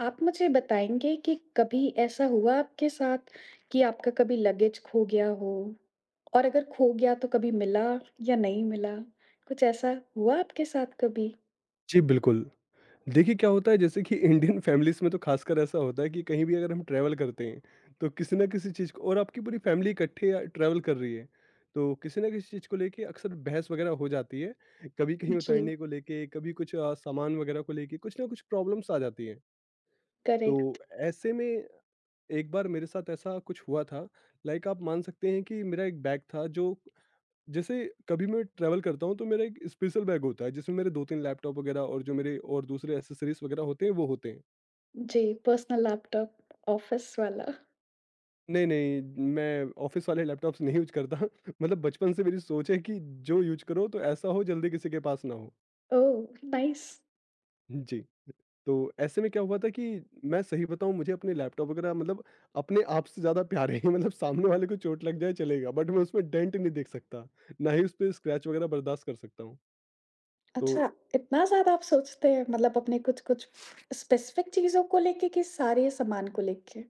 आप मुझे बताएँगे कि कभी ऐसा हुआ आपके साथ कि आपका कभी लगेज खो गया हो? और अगर खो गया तो कभी मिला या नहीं मिला? कुछ ऐसा हुआ आपके साथ कभी? जी, बिल्कुल। देखिए क्या होता है जैसे कि इंडियन फैमिलीज़ में तो ख़ासकर ऐसा होता है कि कहीं भी अगर हम ट्रैवल करते हैं, तो किसी न किसी चीज़ को और आपकी पूरी फैमिली इकट्ठे या ट्रैवल कर रही है, तो किसी न किसी चीज़ को लेके अक्सर बहस वगैरह हो जाती है। कभी कहीं जी, उतरने को लेके, कभी कुछ सामान वगैरह को लेके कुछ ना कुछ प्रॉब्लम्स आ जाती हैं। तो करेक्ट। ऐसे में एक बार मेरे साथ ऐसा कुछ हुआ था, लाइक आप मान सकते हैं कि मेरा एक बैग था जो जैसे कभी मैं ट्रैवल करता हूँ तो मेरा एक स्पेशल बैग होता है जिसमें मेरे दो तीन लैपटॉप वगैरह और जो मेरे और दूसरे एसेसरीज वगैरह होते हैं वो होते हैं। जी, पर्सनल लैपटॉप, ऑफ़िस वाला। नहीं नहीं, मैं ऑफिस वाले लैपटॉप्स नहीं यूज करता। मतलब बचपन से मेरी सोच है कि जो यूज करो तो ऐसा हो जल्दी किसी के पास ना हो। ओह! नाइस। जी। तो ऐसे में क्या हुआ था कि मैं सही बताऊं मुझे अपने लैपटॉप वगैरह मतलब अपने आप से ज्यादा प्यार है। मतलब सामने वाले को चोट लग जाए चलेगा बट मैं उसमें डेंट नहीं देख सकता, ना ही उस पर स्क्रैच वगैरह बर्दाश्त कर सकता हूँ। तो अच्छा, इतना ज़्यादा आप सोचते हैं मतलब अपने कुछ-कुछ स्पेसिफ़िक चीज़ों को लेके कि सारे सामान को लेके?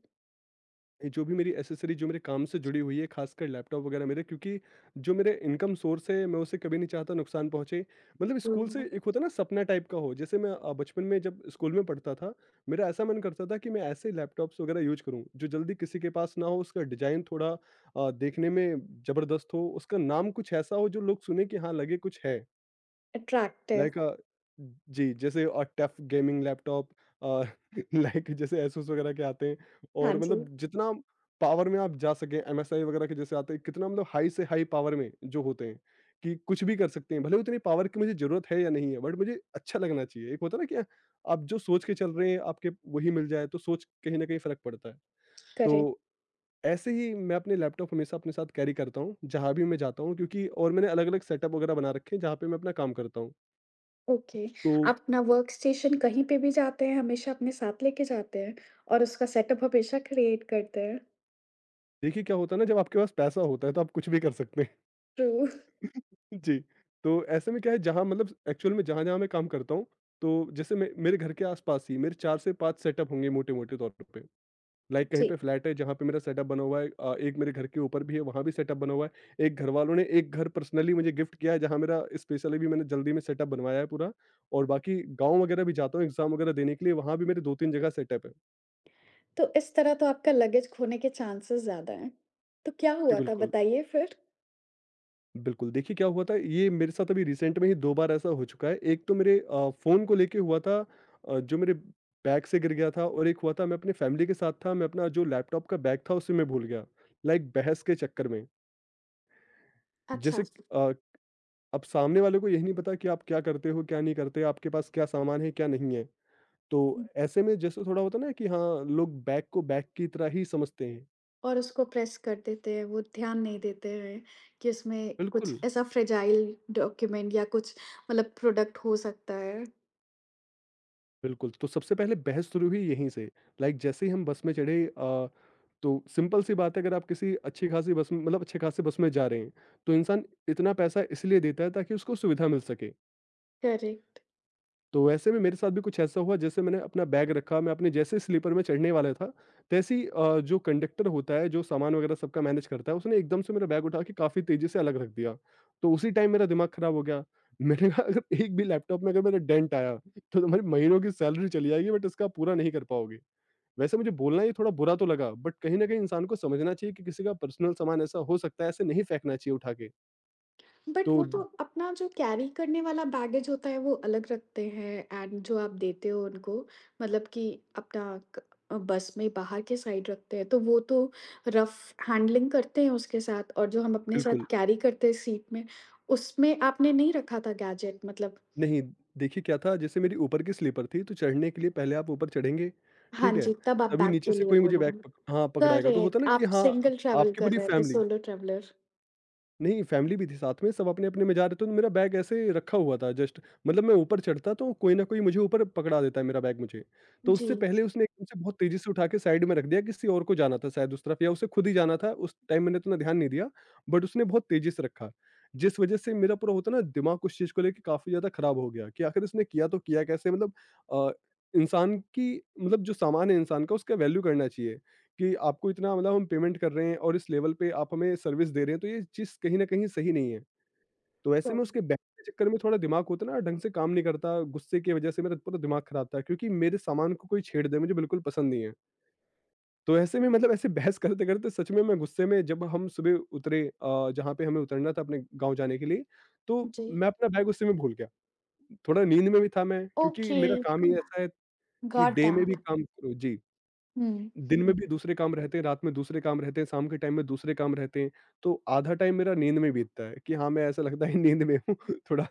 ये जो भी मेरी एसेसरी जो मेरे काम से जुड़ी हुई है खासकर लैपटॉप वगैरह मेरे, क्योंकि जो मेरे इनकम सोर्स है मैं उसे कभी नहीं चाहता नुकसान पहुंचे। मतलब हुँ, स्कूल से हुँ। एक होता ना सपना टाइप का हो, जैसे मैं बचपन में जब स्कूल में पढ़ता था, मेरा ऐसा मन करता था कि मैं ऐसे लैपटॉप्स वगैरह यूज करूं जो जल्दी किसी के पास ना हो, उसका डिजाइन थोड़ा देखने में जबरदस्त हो, उसका नाम कुछ ऐसा हो जो लोग सुने कि हाँ, लगे कुछ है। अट्रैक्टिव। लाइक जी, जैसे tough gaming laptop, uh, like जैसे एसुस वगैरह के आते हैं, हाँ और जी, मतलब जितना पावर में आप जा सकें, एमएसआई वगैरह के जैसे आते हैं, कितना मतलब हाई से हाई पावर में जो होते हैं, कि कुछ भी कर सकते हैं। भले उतनी पावर की मुझे ज़रूरत है या नहीं है, बट मुझे अच्छा लगना चाहिए। एक होता है ना कि आप जो सोच के चल रहे हैं, आपके वही मिल जाए, तो सोच कहीं न कहीं फ़र्क पड़ता है। करेक्ट। तो ऐसे ही मैं अपने लैपटॉप हमेशा अपने साथ कैरी करता हूँ, जहाँ भी मैं जाता हूँ क्योंकि और मैंने अलग-अलग सेटअप वगैरह बना रखे हैं, जहाँ पे मैं अपना काम करता हूँ। ओके। तो आप अपना वर्कस्टेशन कहीं पे भी जाते हैं, हमेशा अपने साथ लेके जाते हैं और उसका सेटअप हमेशा क्रिएट करते हैं। देखिए, क्या होता है ना जब आपके पास पैसा होता है तो आप कुछ भी कर सकते हैं। ट्रू। जी, तो ऐसे में क्या है जहाँ मतलब एक्चुअल में जहाँ-जहाँ मैं काम करता हूँ, तो जैसे मे मेरे घर के आस-पास ही मेरे 4 से 5 सेटअप होंगे मोटे-मोटे तौर पे। लाइक कहीं जी, पे फ्लैट है जहाँ पे मेरा सेटअप बना हुआ है, एक मेरे घर के ऊपर भी है वहाँ भी सेटअप बना हुआ है। एक घर वालों ने एक घर पर्सनली मुझे गिफ्ट किया है जहाँ मेरा स्पेशली भी मैंने जल्दी में सेटअप बनवाया है पूरा, और बाकी गाँव वगैरह भी जाता हूँ एग्ज़ाम वगैरह देने के लिए, वहाँ भी मेरे 2-3 जगह सेटअप है। तो इस तरह तो आपका लगेज खोने के चांसेस ज़्यादा हैं। तो क्या जी, हुआ था बिल्कुल। बताइए फिर? बिल्कुल, देखिए क्या हुआ था, ये मेरे साथ अभी रिसेंट में ही 2 बार ऐसा हो चुका है। एक तो मेरे फ़ोन को लेके हुआ था, जो मेरे बैग से गिर गया था, और एक हुआ था मैं अपनी फ़ैमिली के साथ था, मैं अपना जो लैपटॉप का बैग था उसे मैं भूल गया। लाइक बहस के चक्कर में, अच्छा। जैसे कि, अब सामने वाले को यही नहीं पता कि आप क्या करते हो, क्या नहीं करते, आपके पास क्या सामान है, क्या नहीं है। तो हुँ। ऐसे में जैसे थोड़ा होता है ना कि हाँ, लोग बैग को बैग की तरह ही समझते हैं। और उसको प्रेस कर देते हैं, वो ध्यान नहीं देते हैं कि उसमें कुछ बिल्कुल। ऐसा फ्रेजाइल डॉक्यूमेंट या कुछ मतलब प्रोडक्ट हो सकता है। बिल्कुल, तो सबसे पहले बहस शुरू हुई यहीं से। लाइक जैसे ही हम बस में चढ़े, तो सिंपल सी बात है अगर आप किसी अच्छी खासी बस में मतलब अच्छे खासे बस में जा रहे हैं, तो इंसान इतना पैसा इसलिए देता है ताकि उसको सुविधा मिल सके। करेक्ट। तो वैसे में मेरे साथ भी कुछ ऐसा हुआ, जैसे मैंने अपना बैग रखा मैं अपने जैसे स्लीपर में चढ़ने वाला था, तैसे ही जो कंडक्टर होता है जो सामान वगैरह सबका मैनेज करता है उसने एकदम से मेरा बैग उठा के काफ़ी तेज़ी से अलग रख दिया, तो उसी टाइम मेरा दिमाग ख़राब हो गया। मैंने कहा अगर एक भी लैपटॉप में अगर मेरा डेंट आया तो तुम्हारी महीनों की सैलरी चली जाएगी बट इसका पूरा नहीं कर पाओगे। वैसे मुझे बोलना ये थोड़ा बुरा तो लगा, बट कहीं ना कहीं इंसान को समझना चाहिए कि किसी का पर्सनल सामान ऐसा हो सकता है, ऐसे नहीं फेंकना चाहिए उठा के। बट तो वो तो अपना जो कैरी करने वाला बैगेज होता है वो अलग रखते हैं एंड जो आप देते हो उनको मतलब कि अपना क- बस में बाहर के साइड रखते हैं तो वो तो रफ हैंडलिंग करते हैं उसके साथ और जो हम अपने साथ बिल्कुल कैरी करते हैं सीट में, उसमें आपने नहीं रखा था गैजेट मतलब। नहीं, देखिए क्या था, जैसे मेरी ऊपर की स्लीपर थी तो चढ़ने के लिए पहले आप ऊपर चढ़ेंगे, हाँ ठीक है? जी, तब आप तभी बैग के नीचे से लिए कोई मुझे बैग बोलेंगे। पक हाँ, पकड़ाएगा, तो होता करेक्ट, है ना कि आप हाँ, सिंगल ट्रैवल आपकी कर पूरी रहे थे, फैमिली। Solo traveller? नहीं, फैमिली भी थी साथ में, सब अपने-अपने में जा रहे थे, तो मेरा बैग ऐसे रखा हुआ था जस्ट, मतलब मैं ऊपर चढ़ता तो कोई ना कोई मुझे ऊपर पकड़ा देता है मेरा बैग मुझे। तो जी। उससे पहले उसने एकदम से बहुत तेज़ी से उठा के साइड में रख दिया, किसी और को जाना था शायद उस तरफ या उसे खुद ही जाना था, उस टाइम मैंने इतना ध्यान नहीं दिया, बट उसने बहुत तेज़ी से रखा। जिस वजह से मेरा पूरा होता है ना दिमाग उस चीज़ को लेके काफ़ी ज़्यादा खराब हो गया कि आखिर इसने किया तो किया कैसे? मतलब अ, इंसान की मतलब जो सामान है इंसान का उसका वैल्यू करना चाहिए। कि आपको इतना मतलब हम पेमेंट कर रहे हैं और इस लेवल पे आप हमें सर्विस दे रहे हैं, तो ये चीज़ कहीं न कहीं सही नहीं है। तो ऐसे में sure। उसके बैंक के चक्कर में थोड़ा दिमाग होता है ना ढंग से काम नहीं करता, गुस्से की वजह से मेरा पूरा दिमाग खराब था क्योंकि मेरे सामान को कोई छेड़ दे मुझे बिल्कुल पसंद नहीं है। तो ऐसे में मतलब ऐसे बहस करते-करते सच में मैं गुस्से में, जब हम सुबह उतरे जहाँ पे हमें उतरना था अपने गाँव जाने के लिए, तो जी। मैं अपना बैग उसी में भूल गया। थोड़ा नींद में भी था मैं क्योंकि ओके, मेरा काम ही ऐसा है कि गॉट डे में भी दैट। काम करो। जी। हम्म। दिन में भी दूसरे काम रहते हैं, रात में दूसरे काम रहते हैं, शाम के टाइम में दूसरे काम रहते हैं, तो आधा टाइम मेरा नींद में बीतता है कि हाँ, मैं ऐसा लगता है नींद में हूँ। थोड़ा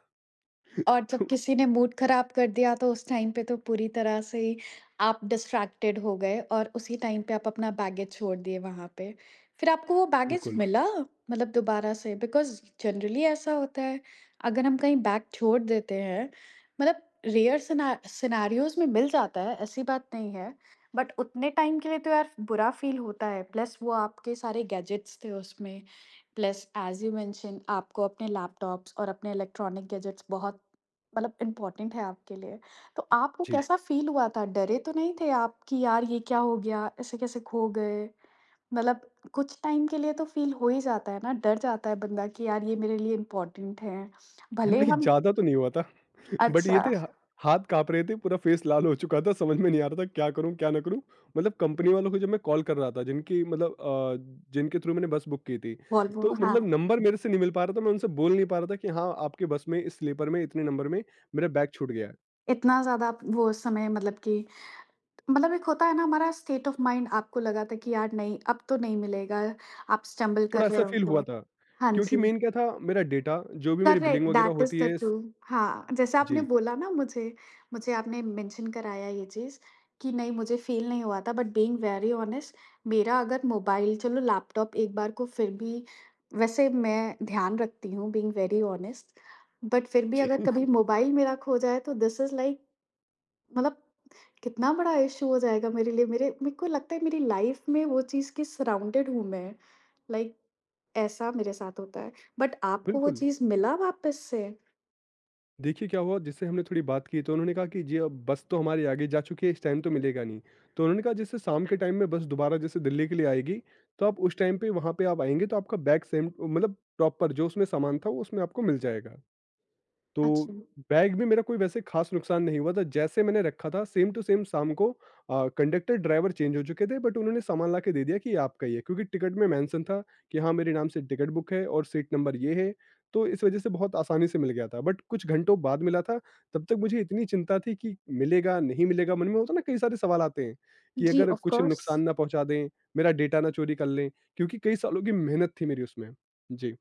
और जब तो किसी ने मूड खराब कर दिया तो उस टाइम पे तो पूरी तरह से ही आप डिस्ट्रैक्टेड हो गए और उसी टाइम पे आप अपना बैगेज छोड़ दिए वहाँ पे। फिर आपको वो बैगेज बिल्कुल, मिला? मतलब दोबारा से, बिकॉज़ जनरली ऐसा होता है, अगर हम कहीं बैग छोड़ देते हैं, मतलब रेयर सिना सिनेरियोज़ में मिल जाता है, ऐसी बात नहीं है। बट उतने टाइम के लिए तो यार बुरा फ़ील होता है, प्लस वो आपके सारे गैजेट्स थे उसमें, प्लस ऐज़ यू मेंशन आपको अपने लैपटॉप्स और अपने इलेक्ट्रॉनिक गैजेट्स बहुत मतलब इम्पोर्टेंट है आपके लिए। तो आपको जी। कैसा फ़ील हुआ था? डरे तो नहीं थे आप कि यार ये क्या हो गया? ऐसे कैसे खो गए? मतलब कुछ टाइम के लिए तो फ़ील हो ही जाता है ना, डर जाता है बंदा कि यार ये मेरे लिए इम्पोर्टेंट है। भले नहीं हम। ज़्यादा तो नहीं हुआ था, बट ये अच्छा, थे ह हाथ काँप रहे थे, पूरा फेस लाल हो चुका था, समझ में नहीं आ रहा था क्या करूँ, क्या ना करूँ? मतलब कंपनी वालों को जब मैं कॉल कर रहा था जिनकी मतलब जिनके थ्रू मैंने बस बुक की थी, वॉल्वो, तो हाँ। मतलब नंबर मेरे से नहीं मिल पा रहा था, मैं उनसे बोल नहीं पा रहा था कि हाँ, आपके बस में इस स्लीपर में इतने नंबर में मेरा बैग छूट गया है। इतना ज़्यादा आप वो समय मतलब कि, मतलब एक होता है ना हमारा स्टेट ऑफ माइंड, आपको लगा था कि यार नहीं, अब तो नहीं मिलेगा, आप स्टंबल कर थोड़ा रहे ऐसा फ़ील हुआ होंगे। था, हाँ क्योंकि जी। मेन क्या था मेरा डेटा जो भी मेरी करेक्ट, बिलिंग वगैरह दैट इज़ होती द है ट्रू। स हाँ, जैसे आपने जी, बोला ना मुझे, मुझे आपने मेंशन कराया ये चीज़ कि नहीं मुझे फ़ील नहीं हुआ था, बट बीइंग वेरी ऑनेस्ट मेरा अगर मोबाइल, चलो लैपटॉप एक बार को फिर भी, वैसे मैं ध्यान रखती हूँ, बीइंग वेरी ऑनेस्ट बट फिर भी जी। अगर कभी मोबाइल मेरा खो जाए तो दिस इज़ लाइक, मतलब कितना बड़ा इश्यू हो जाएगा मेरे लिए। मेरे मेरे को लगता है मेरी लाइफ में वो चीज़ के सराउंडेड हूँ मैं, लाइक ऐसा मेरे साथ होता है। बट आपको वो बिल्कुल। चीज़ मिला वापस से? देखिए क्या हुआ, जिससे हमने थोड़ी बात की तो उन्होंने कहा कि जी, अब बस तो हमारी आगे जा चुकी है, इस टाइम तो मिलेगा नहीं। तो उन्होंने कहा जैसे शाम के टाइम में बस दोबारा जैसे दिल्ली के लिए आएगी, तो आप उस टाइम पे वहाँ पे आप आएँगे तो आपका बैग सेम मतलब प्रॉपर जो उसमें सामान था वो उसमें आपको मिल जाएगा। तो अच्छा। बैग में मेरा कोई वैसे खास नुकसान नहीं हुआ था। जैसे मैंने रखा था सेम टू सेम शाम को, कंडक्टर ड्राइवर चेंज हो चुके थे, बट उन्होंने सामान लाके दे दिया कि ये आपका ही है क्योंकि टिकट में मेंशन था कि हाँ, मेरे नाम से टिकट बुक है और सीट नंबर ये है। तो इस वजह से बहुत आसानी से मिल गया था, बट कुछ घंटों बाद मिला था, तब तक मुझे इतनी चिंता थी कि मिलेगा, नहीं मिलेगा, मन में होता है ना कई सारे सवाल आते हैं कि जी, अगर ऑफ कुछ कोर्स। नुकसान ना पहुँचा दें, मेरा डेटा ना चोरी कर लें, क्योंकि कई सालों की मेहनत थी मेरी उसमें। जी।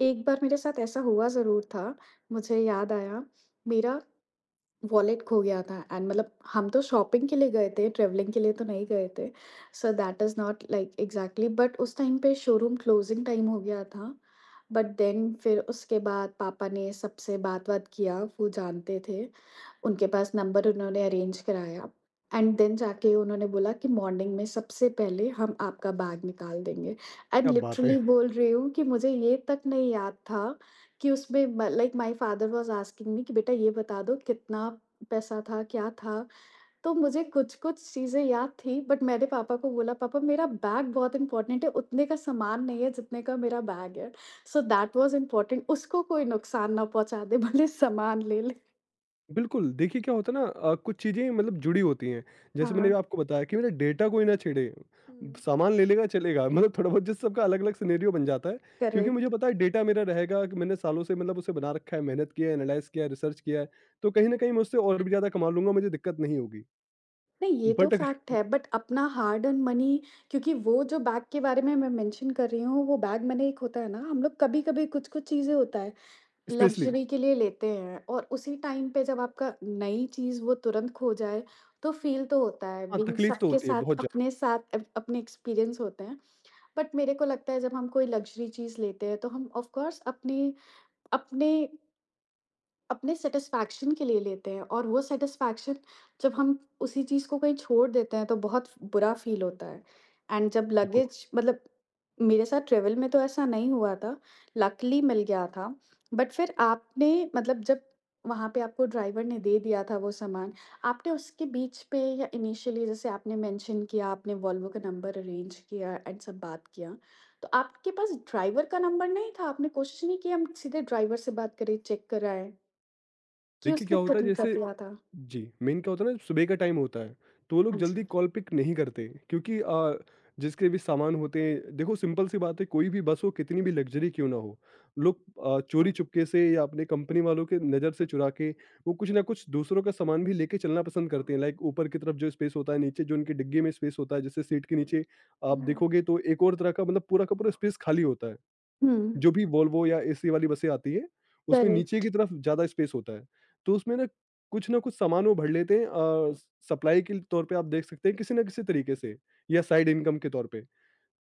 एक बार मेरे साथ ऐसा हुआ ज़रूर था, मुझे याद आया, मेरा वॉलेट खो गया था। एंड मतलब हम तो शॉपिंग के लिए गए थे, ट्रैवलिंग के लिए तो नहीं गए थे। So that is not like exactly, but उस टाइम पे शोरूम क्लोज़िंग टाइम हो गया था। बट देन फिर उसके बाद पापा ने सबसे बात-वात किया, वो जानते थे। उनके पास नंबर, उन्होंने अरेंज कराया एंड देन जाके उन्होंने बोला कि मॉर्निंग में सबसे पहले हम आपका बैग निकाल देंगे। एंड क्या बात है! लिटरली बोल रही हूँ कि मुझे ये तक नहीं याद था कि उसमें um like my father was asking me कि बेटा ये बता दो कितना पैसा था, क्या था? तो मुझे कुछ-कुछ चीज़ें याद थी बट मैंने पापा को बोला पापा मेरा बैग बहुत इम्पोर्टेंट है, उतने का सामान नहीं है जितने का मेरा बैग है। सो दैट वाज़ इम्पोर्टेंट, उसको कोई नुकसान ना पहुँचा दे भले सामान ले ले। बिल्कुल, देखिए क्या होता है ना कुछ चीज़ें मतलब जुड़ी होती हैं। जैसे मैंने हाँ। आपको बताया कि मेरा डेटा कोई ना छेड़े, हुँ। सामान ले लेगा चलेगा मतलब थोड़ा बहुत जैसे सबका अलग-अलग सिनेरियो बन जाता है। क्योंकि मुझे करेक्ट। पता है डेटा मेरा रहेगा कि मैंने सालों से मतलब उसे बना रखा है, मेहनत किया है, एनालाइज़ किया है, रिसर्च किया है, तो कहीं न कहीं मैं उससे और भी ज़्यादा कमा लूँगा, मुझे दिक्कत नहीं होगी। नहीं ये तो बट अगर फैक्ट है बट अपना हार्ड अर्न्ड मनी, क्योंकि वो जो बैग के बारे में मैं मेंशन कर रही हूँ, वो बैग मैंने, एक होता है ना हम लोग कभी-कभी कुछ-कुछ चीज़ें होता है स्पेशली लग्ज़री के लिए लेते हैं और उसी टाइम पे जब आपका नई चीज़ वो तुरंत खो जाए, तो फ़ील तो होता है, हाँ, बीइंग तकलीफ तो सबके होती है साथ बहुत ज़्यादा, अपने साथ अप अपने एक्सपीरियंस होते हैं। बट मेरे को लगता है जब हम कोई लग्ज़री चीज़ लेते हैं तो हम ऑफ़ कोर्स अपने अपने अपने सैटिस्फैक्शन के लिए लेते हैं और वो सैटिस्फैक्शन जब हम उसी चीज़ को कहीं छोड़ देते हैं तो बहुत बुरा फ़ील होता है। एंड जब बिल्कुल। लगेज मतलब, मेरे साथ ट्रैवल में तो ऐसा नहीं हुआ था, लकीली मिल गया था। बट फिर आपने, मतलब जब वहाँ पे आपको ड्राइवर ने दे दिया था वो सामान, आपने उसके बीच पे या इनिशियली जैसे आपने मेंशन किया आपने वॉल्वो का नंबर अरेंज किया एंड सब बात किया, तो आपके पास ड्राइवर का नंबर नहीं था? आपने कोशिश नहीं की हम सीधे ड्राइवर से बात करें, चेक कराएं, कि देखिए उसने क्या होता खुद है ही कर जैसे दिया था। जी, मेन क्या होता है ना सुबह का टाइम होता है, तो वो लोग हाँ जल्दी जी। कॉल पिक नहीं करते क्योंकि जिसके भी सामान होते हैं देखो सिंपल सी बात है कोई भी बस हो कितनी भी लग्जरी क्यों ना हो, लोग चोरी-चुपके से या अपने कंपनी वालों के नज़र से चुरा के वो कुछ ना कुछ दूसरों का सामान भी लेके चलना पसंद करते हैं। लाइक ऊपर की तरफ जो स्पेस होता है, नीचे जो उनकी डिग्गी में स्पेस होता है, जैसे सीट के नीचे आप हुँ। देखोगे तो एक और तरह का मतलब पूरा का पूरा स्पेस खाली होता है। हुँ, जो भी वोल्वो या एसी वाली बसें आती हैं, उसमें नीचे की करेक्ट। तरफ ज़्यादा स्पेस होता है। तो उसमें ना कुछ सामान वो भर लेते हैं सप्लाई के तौर पे आप देख सकते हैं किसी न किसी तरीके से या साइड इनकम के तौर पे।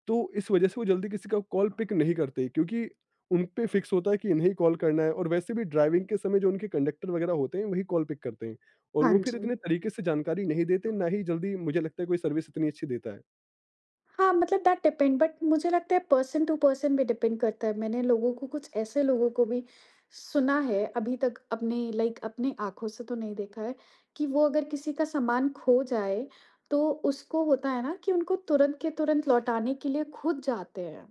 तो इस वजह से वो जल्दी किसी का कॉल पिक नहीं करते क्योंकि उन पे फिक्स होता है कि इन्हें ही कॉल करना है और वैसे भी ड्राइविंग के समय जो उनके कंडक्टर वगैरह होते हैं, वही कॉल पिक करते हैं और हाँ वो फिर जी। इतने तरीके से जानकारी नहीं देते, ना ही जल्दी मुझे लगता है कोई सर्विस इतनी अच्छी देता है। हाँ, मतलब दैट डिपेंड, बट मुझे लगता है पर्सन टू पर्सन भी डिपेंड करता है। मैंने लोगों को, कुछ ऐसे लोगों को भी सुना है, अभी तक अपने लाइक अपनी आँखों से तो नहीं देखा है, कि वो अगर किसी का सामान खो जाए, तो उसको होता है ना कि उनको तुरंत के तुरंत लौटाने के लिए खुद जाते हैं।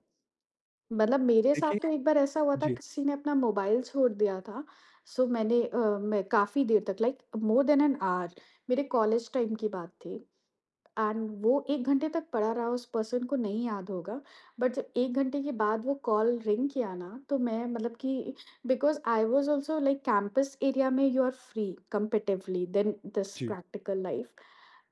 मतलब मेरे साथ देखिए तो एक बार ऐसा हुआ था, जी, किसी ने अपना मोबाइल छोड़ दिया था। सो मैंने मैं काफ़ी देर तक, like more than an hour, मेरे कॉलेज टाइम की बात थी, एंड वो 1 घंटे तक पड़ा रहा, उस पर्सन को नहीं याद होगा। बट जब 1 घंटे के बाद वो कॉल रिंग किया ना तो मैं मतलब कि, because I was also like campus area में, you are free comparatively than this जी। Practical life.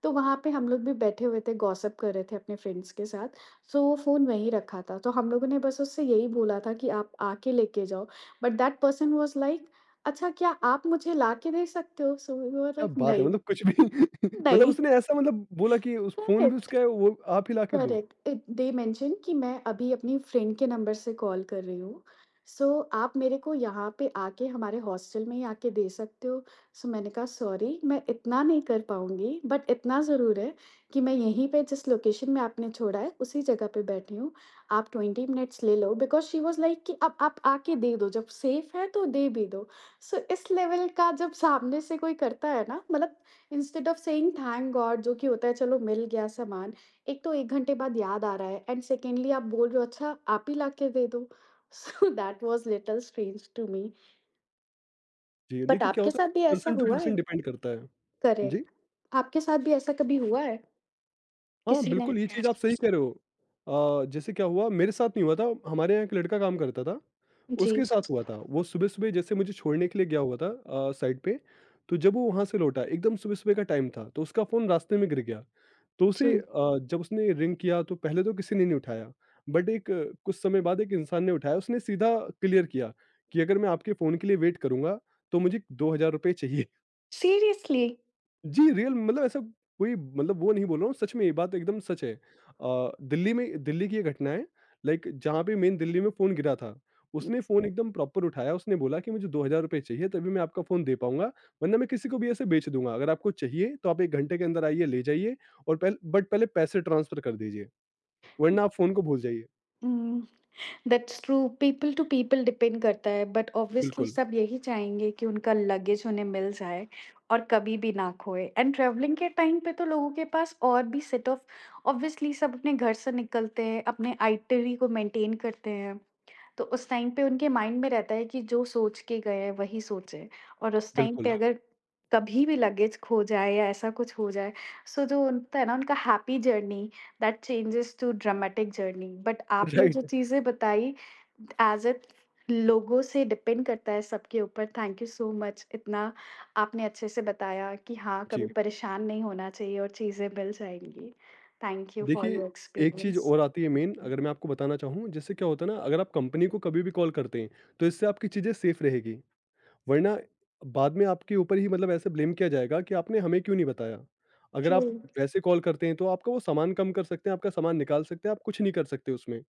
तो वहाँ पे हम लोग भी बैठे हुए थे, गॉसिप कर रहे थे अपने फ्रेंड्स के साथ। सो वो फ़ोन वहीं रखा था, तो हम लोगों ने बस उससे यही बोला था कि आप आके लेके जाओ। But that person was like "अच्छा, क्या आप मुझे ला के दे सकते हो?" सो वी वर क्या लाइक बात है! "नहीं, मतलब कुछ भी मतलब नहीं"। उसने ऐसा मतलब बोला कि उस फ़ोन भी उसका करेक्ट। है वो आप ही लाके दो। करेक्ट। इट दे मेंशन कि मैं अभी अपनी फ्रेंड के नंबर से कॉल कर रही हूँ। So, आप मेरे को यहाँ पे आके हमारे हॉस्टल में ही आके दे सकते हो। So, मैंने कहा सॉरी मैं इतना नहीं कर पाऊँगी, बट इतना ज़रूर है कि मैं यहीं पे जिस लोकेशन में आपने छोड़ा है उसी जगह पे बैठी हूँ। आप 20 मिनट्स ले लो, बिकॉज़ शी वाज़ लाइक कि अब आप आके दे दो, जब सेफ है तो दे भी दो। So, इस लेवल का जब सामने से कोई करता है ना, मतलब instead of saying thank God, जो कि होता है चलो मिल गया सामान, एक तो 1 घंटे बाद याद आ रहा है एंड सेकेंडली आप बोल रहे हो अच्छा आप ही लाके दे दो। So that was little strange to me. जी, बट देखिए क्या आपके होता साथ भी है ऐसा पर्सन टू हुआ है? पर्सन डिपेंड करता है। जी। करेक्ट। आपके साथ भी ऐसा कभी हुआ है? हाँ, किसी ने? बिल्कुल ये चीज़ आप सही कह रहे हो। जैसे क्या हुआ मेरे साथ नहीं हुआ था, हमारे यहाँ एक लड़का काम करता था, जी, उसके साथ हुआ था। वो सुबह-सुबह जैसे मुझे छोड़ने के लिए गया हुआ था साइट पे, तो जब वो वहाँ से लौटा एकदम सुबह-सुबह का टाइम था, तो उसका फ़ोन रास्ते में गिर गया। तो जी। उसे जब उसने रिंग किया तो पहले तो किसी ने नहीं उठाया बट एक कुछ समय बाद एक इंसान ने उठाया उसने सीधा क्लियर किया कि अगर मैं आपके फ़ोन के लिए वेट करूंगा तो मुझे ₹2000 चाहिए सीरियसली? जी, रियल मतलब ऐसा कोई मतलब वो नहीं बोल रहा हूँ, सच में ये बात एकदम सच है। दिल्ली में दिल्ली की ये घटना है, लाइक जहाँ पे मेन दिल्ली में फ़ोन गिरा था, उसने फ़ोन एकदम प्रॉपर उठाया, उसने बोला कि मुझे ₹2000 चाहिए तभी मैं आपका फ़ोन दे पाऊँगा, वरना मैं किसी को भी ऐसे बेच दूँगा। अगर आपको चाहिए तो आप 1 घंटे के अंदर आइए, ले जाइए और पहले पैसे ट्रांसफ़र कर दीजिए, वरना आप फ़ोन को भूल जाइए। हुँ। That's true, people to people depend करता है, बट ऑब्वियसली बिल्कुल, सब यही चाहेंगे कि उनका लगेज उन्हें मिल जाए और कभी भी ना खोए। एंड ट्रैवलिंग के टाइम पे तो लोगों के पास और भी सेट ऑफ, ऑब्वियसली सब अपने घर से निकलते हैं, अपने आइटरी को मेंटेन करते हैं, तो उस टाइम पे उनके माइंड में रहता है कि जो सोच के गए हैं वही सोचे, और उस टाइम पे बिल्कुल। अगर कभी भी लगेज खो जाए या ऐसा कुछ हो जाए, सो जो होता है ना उनका happy journey, that changes to dramatic journey. But आपने जो राइट, चीज़ें बताई, एज़ इट, लोगों से डिपेंड करता है सबके ऊपर। थैंक यू सो मच, इतना आपने अच्छे से बताया कि हाँ, जी। कभी परेशान नहीं होना चाहिए और चीज़ें मिल जाएँगी। थैंक यू फॉर देखिए, योर एक चीज़ एक्सपीरियंस। और आती है मेन अगर मैं आपको बताना चाहूँ, जिससे क्या होता है ना अगर आप कंपनी को कभी भी कॉल करते हैं, तो इससे आपकी चीज़ें सेफ रहेगी, वरना बाद में आपके ऊपर ही मतलब ऐसे ब्लेम किया जाएगा कि आपने हमें क्यों नहीं बताया। अगर ट्रू। आप वैसे कॉल करते हैं, तो आपका वो सामान कम कर सकते हैं, आपका सामान निकाल सकते हैं, आप कुछ नहीं कर सकते उसमें।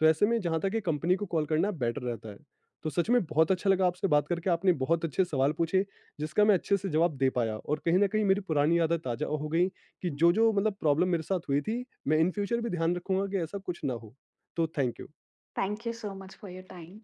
तो ऐसे में जहाँ तक ये कंपनी को कॉल करना बेटर रहता है। तो सच में बहुत अच्छा लगा आपसे बात करके, आपने बहुत अच्छे सवाल पूछे, जिसका मैं अच्छे से जवाब दे पाया और कहीं न कहीं मेरी पुरानी आदत ताज़ा हो गई कि जो-जो मतलब प्रॉब्लम मेरे साथ हुई थी, मैं इन फ्यूचर भी ध्यान रखूँगा कि ऐसा कुछ ना हो। तो thank you. Thank you so much for your time.